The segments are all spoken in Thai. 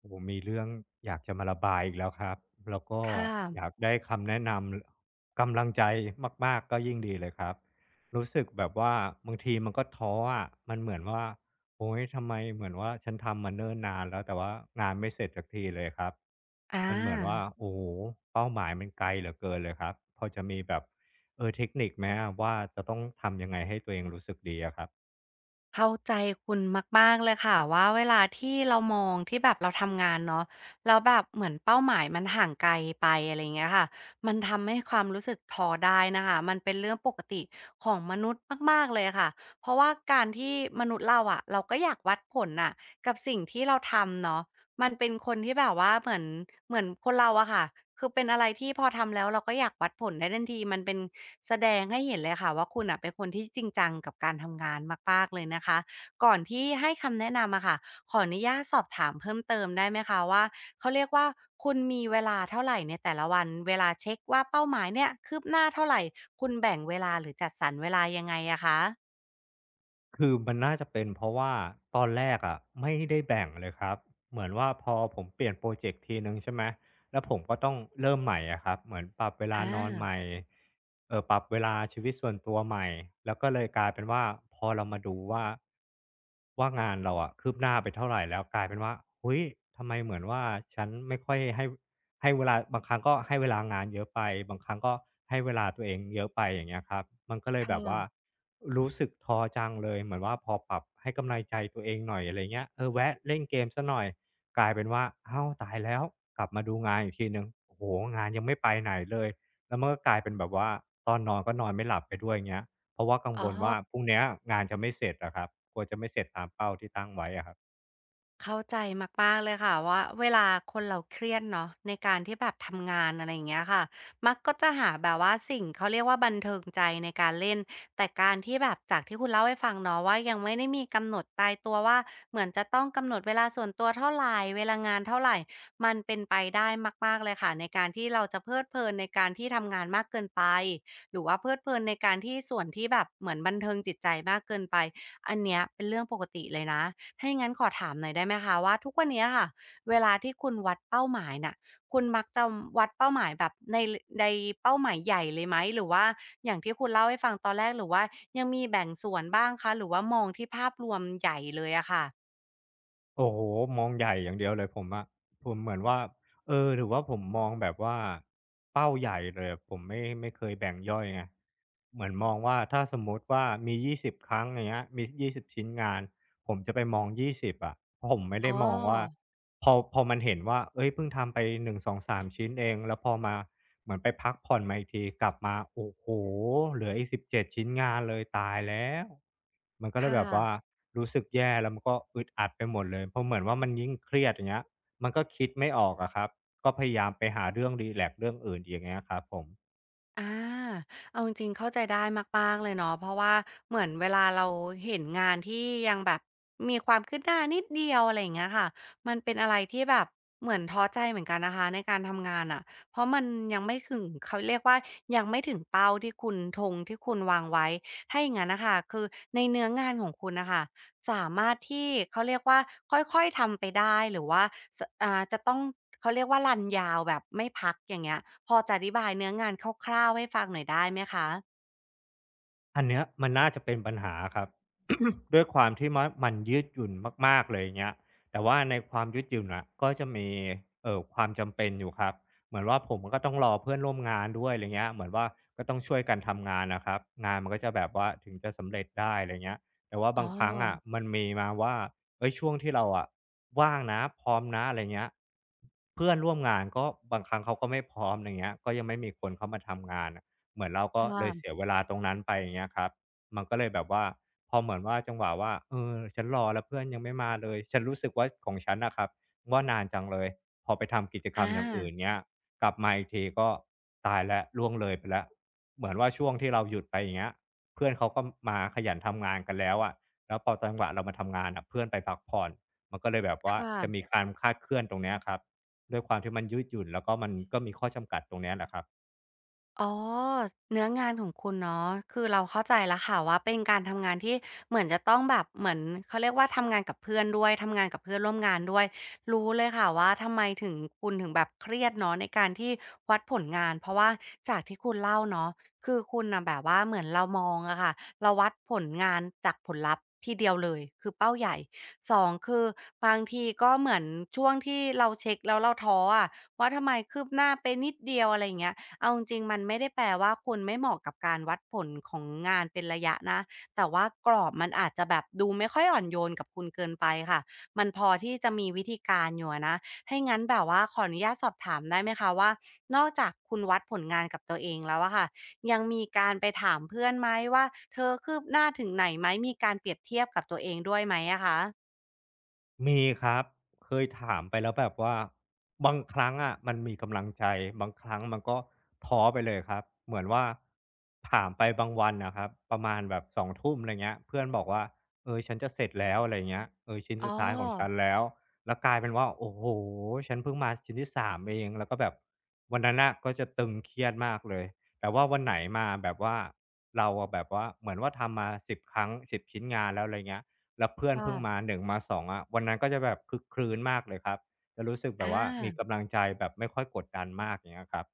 โอ้โฮมีเรื่องอยากจะมาระบายอีกแล้วครับ แล้วก็ค่ะอยากได้คำแนะนำกำลังใจมากๆก็ยิ่งดีเลยครับ รู้สึกแบบว่าบางทีมันก็ท้ออะมันเหมือนว่าโอ๊ยทำไมเหมือนว่าฉันทำมาเนิ่นนานแล้วแต่ว่างานไม่เสร็จสักทีเลยครับ อมันเหมือนว่าาโอ้โฮเป้าหมายมันไกลเหลือเกินเลยครับพอจะมีแบบเทคนิคไหมอะว่าจะต้องทำยังไงให้ตัวเองรู้สึกดีอะครับ เข้าใจคุณมากๆเลยค่ะว่าเวลาที่เรามองที่แบบเราทำงานเนาะแล้วแบบเหมือนเป้าหมายมันห่างไกลไปอะไรอย่างเงี้ยค่ะมันทำให้ความรู้สึกท้อได้นะคะมันเป็นเรื่องปกติของมนุษย์มากๆเลยค่ะเพราะว่าการที่มนุษย์เราอะเราก็อยากวัดผลน่ะกับสิ่งที่เราทำเนาะมันเป็นคนที่แบบว่าเหมือนคนเราอะค่ะคือเป็นอะไรที่พอทำแล้วเราก็อยากวัดผลได้ทันทีมันเป็น แสดงให้เห็นเลยค่ะว่าคุณอ่ะเป็นคนที่จริงจังกับการทำงานมากๆเลยนะคะก่อนที่ให้คำแนะนำอะค่ะขออนุญาตสอบถามเพิ่มเติมได้ไหมคะว่าเขาเรียกว่าคุณมีเวลาเท่าไหรในแต่ละวันเวลาเช็กว่าเป้าหมายเนี่ยคืบหน้าเท่าไหร่คุณแบ่งเวลาหรือจัดสรรเวลายังไงอะคะคือมันน่าจะเป็นเพราะว่าตอนแรกอะไม่ได้แบ่งเลยครับเหมือนว่าพอผมเปลี่ยนโปรเจกต์ทีหนึ่งใช่ไหมแล้วผมก็ต้องเริ่มใหม่อะครับเหมือนปรับเวลาอานอนใหม่ปรับเวลาชีวิตส่วนตัวใหม่แล้วก็เลยกลายเป็นว่าพอเรามาดูว่างานเราอะคืบหน้าไปเท่าไหรแล้วกลายเป็นว่าเฮ้ยทำไมเหมือนว่าฉันไม่ค่อยให้ ให้เวลาบางครั้งก็ให้เวลางานเยอะไปบางครั้งก็ให้เวลาตัวเองเยอะไปอย่างเงี้ยครับมันก็เลยค่แบบะว่ารู้สึกท้อจังเลยเหมือนว่าพอปรับให้กำลังใจตัวเองหน่อยอะไรเงี้ยแวะเล่นเกมเสียหน่อยกลายเป็นว่าอ้าวตายแล้วกลับมาดูงานอีกทีหนึ่งโอ้โฮงานยังไม่ไปไหนเลยแล้วมันก็กลายเป็นแบบว่าตอนนอนก็นอนไม่หลับไปด้วยเงี้ยเพราะว่ากังอ๋วอ ลว่าพรุ่งเนี้ยงานจะไม่เสร็จอะครับกลัวจะไม่เสร็จตามเป้าที่ตั้งไว้อะครับ เข้าใจมากๆเลยค่ะว่าเวลาคนเราเครียดเนาะในการที่แบบทำงานอะไรอย่างเงี้ยค่ะมักก็จะหาแบบว่าสิ่งเขาเรียกว่าบันเทิงใจในการเล่นแต่การที่แบบจากที่คุณเล่าให้ฟังเนาะว่ายังไม่ได้มีกำหนดตายตัวว่าเหมือนจะต้องกำหนดเวลาส่วนตัวเท่าไรเวลางานเท่าไรมันเป็นไปได้มากๆเลยค่ะในการที่เราจะเพลิดเพลินในการที่ทำงานมากเกินไปหรือว่าเพลิดเพลินในการที่ส่วนที่แบบเหมือนบันเทิงจิตใจมากเกินไปอันเนี้ยเป็นเรื่องปกติเลยนะ ให้งั้นขอถามหน่อยได้ไหมคะว่าทุกวันเนี้ยค่ะเวลาที่คุณวัดเป้าหมายน่ะคุณมักจะวัดเป้าหมายแบบในเป้าหมายใหญ่เลยไหมหรือว่าอย่างที่คุณเล่าให้ฟังตอนแรกหรือว่ายังมีแบ่งส่วนบ้างคะหรือว่ามองที่ภาพรวมใหญ่เลยอะค่ะโอ้โฮมองใหญ่อย่างเดียวเลยผมอะผมเหมือนว่าหรือว่าผมมองแบบว่าเป้าใหญ่เลยอะผมไม่เคยแบ่งย่อยไงเหมือนมองว่าถ้าสมมุติว่ามี20ครั้งอย่างเงี้ยมี20ชิ้นงานผมจะไปมองยี่สิบอะผมไม่อ๋ได้มองว่าอพอมันเห็นว่าเฮ้ยเพิ่งทำไปหนึ่งสองสา3ชิ้นเองแล้วพอมาเหมือนไปพักผ่อนมาอีกทีกลับมาโอ้โฮเหลืออีก1ดชิ้นงานเลยตายแล้วมันก็คเลยแบบว่า ่ะ รู้สึกแย่แล้วมันก็อึดอัดไปหมดเลยเพราะเหมือนว่ามันยิ่งเครียดอย่างเงี้ยมันก็คิดไม่ออกอะครับก็พยายามไปหาเรื่องรีแลกซ์เรื่องอื่นอย่างเงี้ยครับผม อาเอาจริงๆเข้าใจได้มากๆเลยเนาะเพราะว่าเหมือนเวลาเราเห็นงานที่ยังแบบมีความคืบหน้านิดเดียวอะไรอย่างเงี้ยค่ะมันเป็นอะไรที่แบบเหมือนท้อใจเหมือนกันนะคะในการทำงานอะเพราะมันยังไม่ถึงเขาเรียกว่ายังไม่ถึงเป้าที่คุณธงที่คุณวางไว้ถ้าอย่างนั้นนะคะคือในเนื้องานของคุณนะคะ สามารถที่เขาเรียกว่าค่อยๆทำไปได้หรือว่าสอ่าจะต้องเขาเรียกว่ารันยาวแบบไม่พักอย่างเงี้ยพอจะอธิบายเนื้องานคร่าวๆให้ฟังหน่อยได้ไหมคะอันเนี้ยมันน่าจะเป็นปัญหาครับ ด้วยความที่มะมันยืดหยุ่นมากๆเลยอย่างเงี้ยแต่ว่าในความยืดหยุ่นน่ะก็จะมีความจำเป็นอยู่ครับเหมือนว่าผมก็ต้องรอเพื่อนร่วมงานด้วยอะไรเงี้ยเหมือนว่าก็ต้องช่วยกันทำงานนะครับงานมันก็จะแบบว่าถึงจะสำเร็จได้อะไรเงี้ยแต่ว่าอ๋อบางครั้งอะมันมีมาว่าเอ้ยช่วงที่เราอะว่างนะพร้อมนะอะไรเงี้ยเพื่อนร่วมงานก็บางครั้งเขาก็ไม่พร้อมอะไรเงี้ยก็ยังไม่มีคนเข้ามาทำงาน เหมือนเราคก็เลยเสีย่ะเวลาตรงนั้นไปอย่างเงี้ยครับมันก็เลยแบบว่าพอเหมือนว่าจังหวะว่าฉันรอแล้วเพื่อนยังไม่มาเลยฉันรู้สึกว่าของฉันน่ะครับว่านานจังเลยพอไปทำกิจกรรอามอย่างอื่นเงี้ยกลับมาอีกทีก็ตายแล้วล่วงเลยไปแล้วเหมือนว่าช่วงที่เราหยุดไปอย่างเงี้ยเพื่อนเขาก็มาขยันทำงานกันแล้วอะแล้วพอจังหวะเรามาทำงานอ่ะเพื่อนไปพักผ่อนมันก็เลยแบบคว่าจะมี่ะ การคลาดเคลื่อนตรงเนี้ยครับด้วยความที่มันยืดหยุ่นแล้วก็มันก็มีข้อจำกัดตรงเนี้ยแหละครับ อ๋อเนื้องานของคุณเนาะคือเราเข้าใจแล้วค่ะว่าเป็นการทำงานที่เหมือนจะต้องแบบเหมือนเขาเรียกว่าทำงานกับเพื่อนด้วยทำงานกับเพื่อนร่วมงานด้วยรู้เลยค่ะว่าทำไมถึงคุณถึงแบบเครียดเนาะในการที่วัดผลงานเพราะว่าจากที่คุณเล่าเนาะคือคุณน่ะแบบว่าเหมือนเรามองอะค่ะเราวัดผลงานจากผลลัพธ์ทีเดียวเลยคือเป้าใหญ่สองคือบางทีก็เหมือนช่วงที่เราเช็กแล้วเราท้ออะว่าทำไมคืบหน้าไปนิดเดียวอะไรอย่างเงี้ย เอาจริงๆมันไม่ได้แปลว่าคุณไม่เหมาะกับการวัดผลของงานเป็นระยะนะแต่ว่ากรอบมันอาจจะแบบดูไม่ค่อยอ่อนโยนกับคุณเกินไปค่ะมันพอที่จะมีวิธีการอยู่อะนะให้า่างั้นแบบว่าขออนุญาตสอบถามได้ไหมคะว่านอกจากคุณวัดผลงานกับตัวเองแล้วอะค่ะยังมีการไปถามเพื่อนไหมว่าเธอคืบหน้าถึงไหนไหมมีการเปรียบเทียบกับตัวเองด้วยไหมอะคะมีครับเคยถามไปแล้วแบบว่าบางครั้งอะมันมีกำลังใจบางครั้งมันก็ท้อไปเลยครับเหมือนว่าถามไปบางวันนะครับประมาณแบบสองทุ่มอะไรเงี้ยเพื่อนบอกว่าฉันจะเสร็จแล้วอะไรเงี้ยชิ้นอ๋อสุดท้ายของฉันแล้วแล้วกลายเป็นว่าโอ้โฮฉันเพิ่งมาชิ้นที่สามเองแล้วก็แบบวันนั้นน่ะก็จะตึงเครียดมากเลยแต่ว่าวันไหนมาแบบว่าเราอะแบบว่าเหมือนว่าทำมา10ครั้งสิบชิ้นงานแล้วอะไรเงี้ย แล้วเพื่อนค่ะเพิ่งมา1มา2องอ่ะวันนั้นก็จะแบบคลึกครื้นมากเลยครับจะรู้สึกแบอบว่ามีา กำลังใจแบบไม่ค่อยกดดันมากอย่างเงี้ยครับ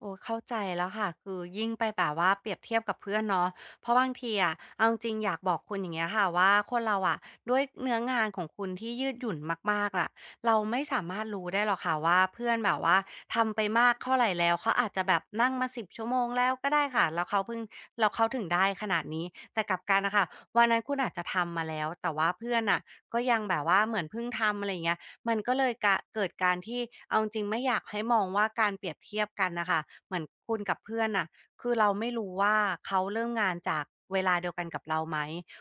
โอ้เข้าใจแล้วค่ะคือยิ่งไปแบบว่าเปรียบเทียบกับเพื่อนเนาะเพราะบางทีอะเอาจริงอยากบอกคุณอย่างเงี้ยค่ะว่าคนเราอะด้วยเนื้องานของคุณที่ยืดหยุ่นมากๆอะเราไม่สามารถรู้ได้หรอกค่ะว่าเพื่อนแบบว่าทำไปมากเท่าไหรแล้วเขาอาจจะแบบนั่งมา10 ชั่วโมงแล้วก็ได้ค่ะแล้วเขาเพิ่งเราเขาถึงได้ขนาดนี้แต่กลับกันนะคะวันนั้นคุณอาจจะทำมาแล้วแต่ว่าเพื่อนอ่ะก็ยังแบบว่าเหมือนเพิ่งทำอะไรอย่างเงี้ย มันก็เลยกะเกิดการที่เอาจริงๆไม่อยากให้มองว่าการเปรียบเทียบกันนะคะเหมือนคุณกับเพื่อนน่ะคือเราไม่รู้ว่าเขาเริ่มงานจากเวลาเดียวกันกับเราไหม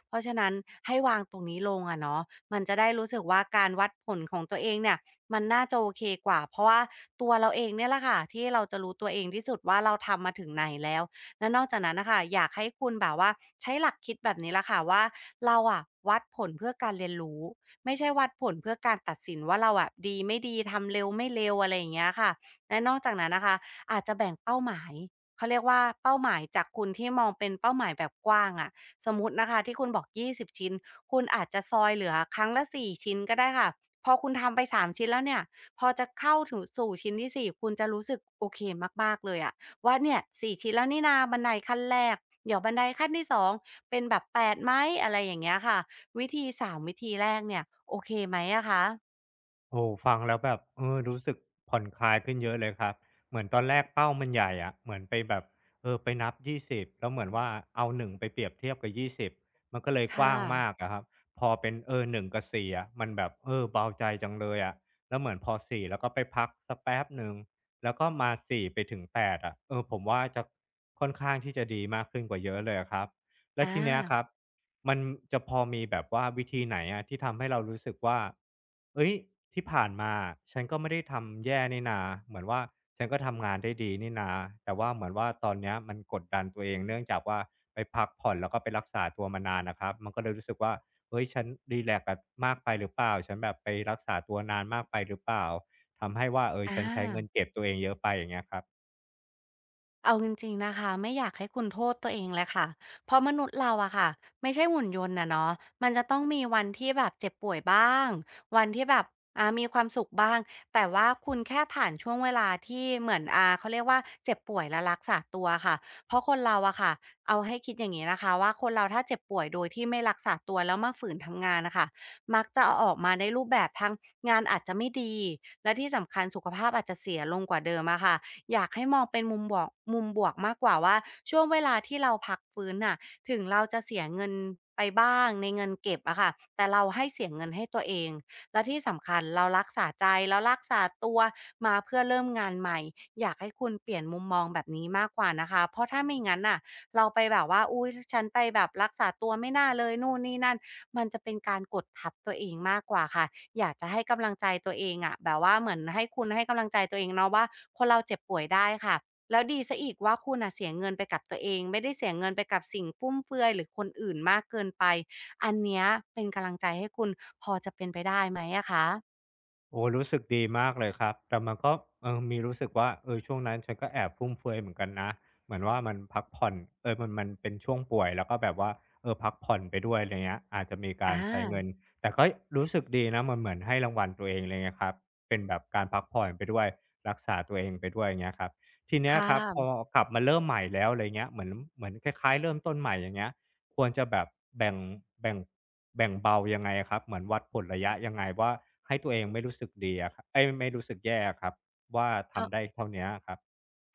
เพราะฉะนั้นให้วางตรงนี้ลงอะเนาะมันจะได้รู้สึกว่าการวัดผลของตัวเองเนี่ยมันน่าจะโอเคกว่าเพราะว่าตัวเราเองเนี่ยแหละค่ะที่เราจะรู้ตัวเองที่สุดว่าเราทำมาถึงไหนแล้วและนอกจากนั้นนะคะอยากให้คุณแบบว่าใช้หลักคิดแบบนี้ละค่ะว่าเราอะวัดผลเพื่อการเรียนรู้ ไม่ใช่วัดผลเพื่อการตัดสินว่าเราอะดีไม่ดีทำเร็วไม่เร็วอะไรอย่างเงี้ยค่ะและนอกจากนั้นนะคะอาจจะแบ่งเป้าหมายเขาเรียกว่าเป้าหมายจากคุณที่มองเป็นเป้าหมายแบบกว้างอะสมมุตินะคะที่คุณบอก20ชิ้นคุณอาจจะซอยเหลือครั้งละ4ชิ้นก็ได้ค่ะพอคุณทำไป3ชิ้นแล้วเนี่ยพอจะเข้าถึงสู่ชิ้นที่4คุณจะรู้สึกโอเคมากๆเลยอะว่าเนี่ยสี่ชิ้นแล้วนี่นาบันไดขั้นแรกเดี๋ยวบันไดขั้นที่สองเป็นแบบแปดไหมอะไรอย่างเงี้ยค่ะ วิธีสามวิธีแรกเนี่ยโอเคไหมอะคะ โอ้ฟังแล้วแบบรู้สึกผ่อนคลายขึ้นเยอะเลยครับเหมือนตอนแรกเป้ามันใหญ่อะเหมือนไปแบบไปนับ20แล้วเหมือนว่าเอาหนึ่งไปเปรียบเทียบกับ20มันก็เลยกว้าค่ะงมากอะครับพอเป็น1กับ4อะมันแบบเบาใจจังเลยอะแล้วเหมือนพอสี่แล้วก็ไปพักสักแป๊บหนึ่งแล้วก็มาสี่ไปถึง8อะเออผมว่าจะค่อนข้างที่จะดีมากขึ้นกว่าเยอะเลยอะครับแล้อวทีเนี้ยครัาบ มันจะพอมีแบบว่าวิธีไหนอะที่ทำให้เรารู้สึกว่าเฮ้ยที่ผ่านมาฉันก็ไม่ได้ทำแย่นี่นาเหมือนว่าฉันก็ทำงานได้ดีนี่นาแต่ว่าเหมือนว่าตอนเนี้ยมันกดดันตัวเองเนื่องจากว่าไปพักผ่อนแล้วก็ไปรักษาตัวมานานนะครับมันก็เลยรู้สึกว่าเฮ้ยฉันรีแลกซ์กับมากไปหรือเปล่าฉันแบบไปรักษาตัวนานมากไปหรือเปล่าทำให้ว่าอา ฉันใช้เงินเก็บตัวเองเยอะไปอย่างเงี้ยครับ เอาจริงๆนะคะไม่อยากให้คุณโทษตัวเองเลยค่ะเพราะมนุษย์เราอะค่ะไม่ใช่หุ่นยนต์นะเนาะมันจะต้องมีวันที่แบบเจ็บป่วยบ้างวันที่แบบมีความสุขบ้างแต่ว่าคุณแค่ผ่านช่วงเวลาที่เหมือนเขาเรียกว่าเจ็บป่วยและรักษาตัวค่ะเพราะคนเราอะค่ะเอาให้คิดอย่างนี้นะคะว่าคนเราถ้าเจ็บป่วยโดยที่ไม่รักษาตัวแล้วมาฝืนทำงานนะคะมักจะเอาออกมาในรูปแบบทั้งงานอาจจะไม่ดีและที่สำคัญสุขภาพอาจจะเสียลงกว่าเดิมอะค่ะ อยากให้มองเป็นมุมบวกมุมบวกมากกว่าว่าช่วงเวลาที่เราพักฟื้นน่ะถึงเราจะเสียเงินไปบ้างในเงินเก็บอะค่ะแต่เราให้เสียเงินให้ตัวเองและที่สำคัญเรารักษาใจแล้ารักษาตัวมาเพื่อเริ่มงานใหม่อยากให้คุณเปลี่ยนมุมมองแบบนี้มากกว่านะคะเพราะถ้าไม่งั้นน่ะเราไปแบบว่าอุ๊ยฉันไปแบบรักษาตัวไม่น่าเลยนู่นนี่นั่น มันจะเป็นการกดทับตัวเองมากกว่าค่ะอยากจะให้กำลังใจตัวเองอะแบบว่าเหมือนให้คุณให้กำลังใจตัวเองเนาะว่าคนเราเจ็บป่วยได้ค่ะแล้วดีเสียอีกว่าคุณน่ะเสียเงินไปกับตัวเองไม่ได้เสียเงินไปกับสิ่งฟุ่มเฟือยหรือคนอื่นมากเกินไปอันเนี้ยเป็นกำลังใจให้คุณพอจะเป็นไปได้ไหมอะคะโอ้รู้สึกดีมากเลยครับแต่มันก็มีรู้สึกว่าช่วงนั้นฉันก็แอบฟุ่มเฟือยเหมือนกันนะเหมือนว่ามันพักผ่อนมันเป็นช่วงป่วยแล้วก็แบบว่าพักผ่อนไปด้วยอะไรเงี้ยอาจจะมีอการใช้เงิานแต่ก็รู้สึกดีนะมันเหมือนให้รางวัลตัวเองเลยนะครับเป็นแบบการพักผ่อนไปด้วยรักษาตัวเองไปด้วยอย่างเงี้ยครับทีเนี้ยค่ครับพอะกลับมาเริ่มใหม่แล้วอะไรเงี้ยเหมือนคล้ายๆเริ่มต้นใหม่อย่างเงี้ย ควรจะแบบแบ่งแบ่งแบ่งเบายังไงอะครับเหมือนวัดผลระยะยังไงว่าให้ตัวเองไม่รู้สึกดีอะครับเอ้ยไม่รู้สึกแย่อะครับว่าค่ะ ทำได้เท่าเนี้ยครับ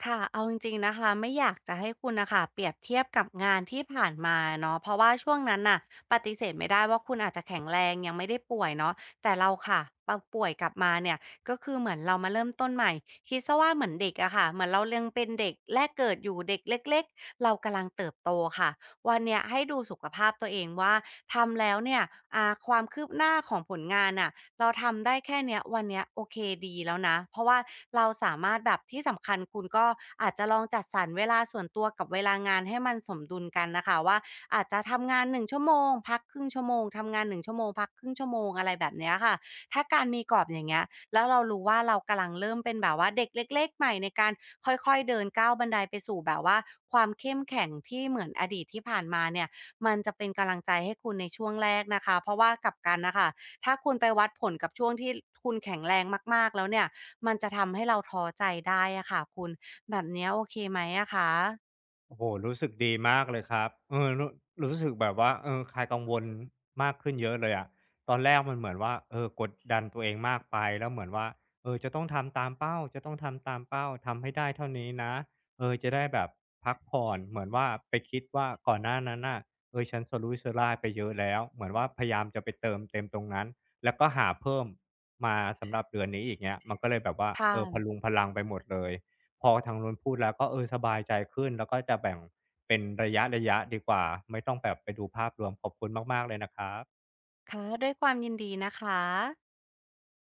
ค่ะ เอาจริงๆนะคะไม่อยากจะให้คุณนะคะเปรียบเทียบกับงานที่ผ่านมาเนาะเพราะว่าช่วงนั้นน่ะปฏิเสธไม่ได้ว่าคุณอาจจะแข็งแรงยังไม่ได้ป่วยเนาะแต่เราค่ะเราป่วยกลับมาเนี่ยก็คือเหมือนเรามาเริ่มต้นใหม่คิดซะว่าเหมือนเด็กอะค่ะเหมือนเรายังเป็นเด็กแรกเกิดอยู่เด็กเล็กๆเรากำลังเติบโตค่ะวันเนี้ยให้ดูสุขภาพตัวเองว่าทำแล้วเนี่ยความคืบหน้าของผลงานน่ะ เราทำได้แค่เนี้ยวันเนี้ยโอเคดีแล้วนะเพราะว่าเราสามารถแบบที่สำคัญคุณก็อาจจะลองจัดสรรเวลาส่วนตัวกับเวลางานให้มันสมดุลกันนะคะว่าอาจจะทำงานหนึ่งชั่วโมงพักครึ่งชั่วโมงทำงานหนึ่งชั่วโมงพักครึ่งชั่วโมงอะไรแบบเนี้ยค่ะถ้าการมีกรอบอย่างเงี้ยแล้วเรารู้ว่าเรากำลังเริ่มเป็นแบบว่าเด็กเล็กๆใหม่ในการค่อยๆเดินก้าวบันไดไปสู่แบบว่าความเข้มแข็งที่เหมือนอดีตที่ผ่านมาเนี่ยมันจะเป็นกำลังใจให้คุณในช่วงแรกนะคะเพราะว่ากลับกันนะคะ ถ้าคุณไปวัดผลกับช่วงที่คุณแข็งแรงมากๆแล้วเนี่ย มันจะทำให้เราท้อใจได้อะค่ะคุณ แบบเนี้ยโอเคไหมอะคะโอ้โหรู้สึกดีมากเลยครับเออรู้สึกแบบว่าคลายกังวลมากขึ้นเยอะเลยอะตอนแรกมันเหมือนว่ากดดันตัวเองมากไปแล้วเหมือนว่าจะต้องทำตามเป้าจะต้องทำตามเป้าทำให้ได้เท่านี้นะจะได้แบบพักผ่อนเหมือนว่าไปคิดว่าก่อนหน้านั้นน่ะฉันสะรุ่ยสะร่ายไปเยอะแล้วเหมือนว่าพยายามจะไปเติมเต็มตรงนั้นแล้วก็หาเพิ่มมาสำหรับเดือนนี้อีกเงี้ยมันก็เลยแบบว่าค่ะ พะรุงพะรังไปหมดเลย พอทางนู้นพูดแล้วก็สบายใจขึ้นแล้วก็จะแบ่งเป็นระยะดีกว่าไม่ต้องแบบไปดูภาพรวมขอบคุณมากๆเลยนะครับค่ะ ด้วยความยินดีนะคะ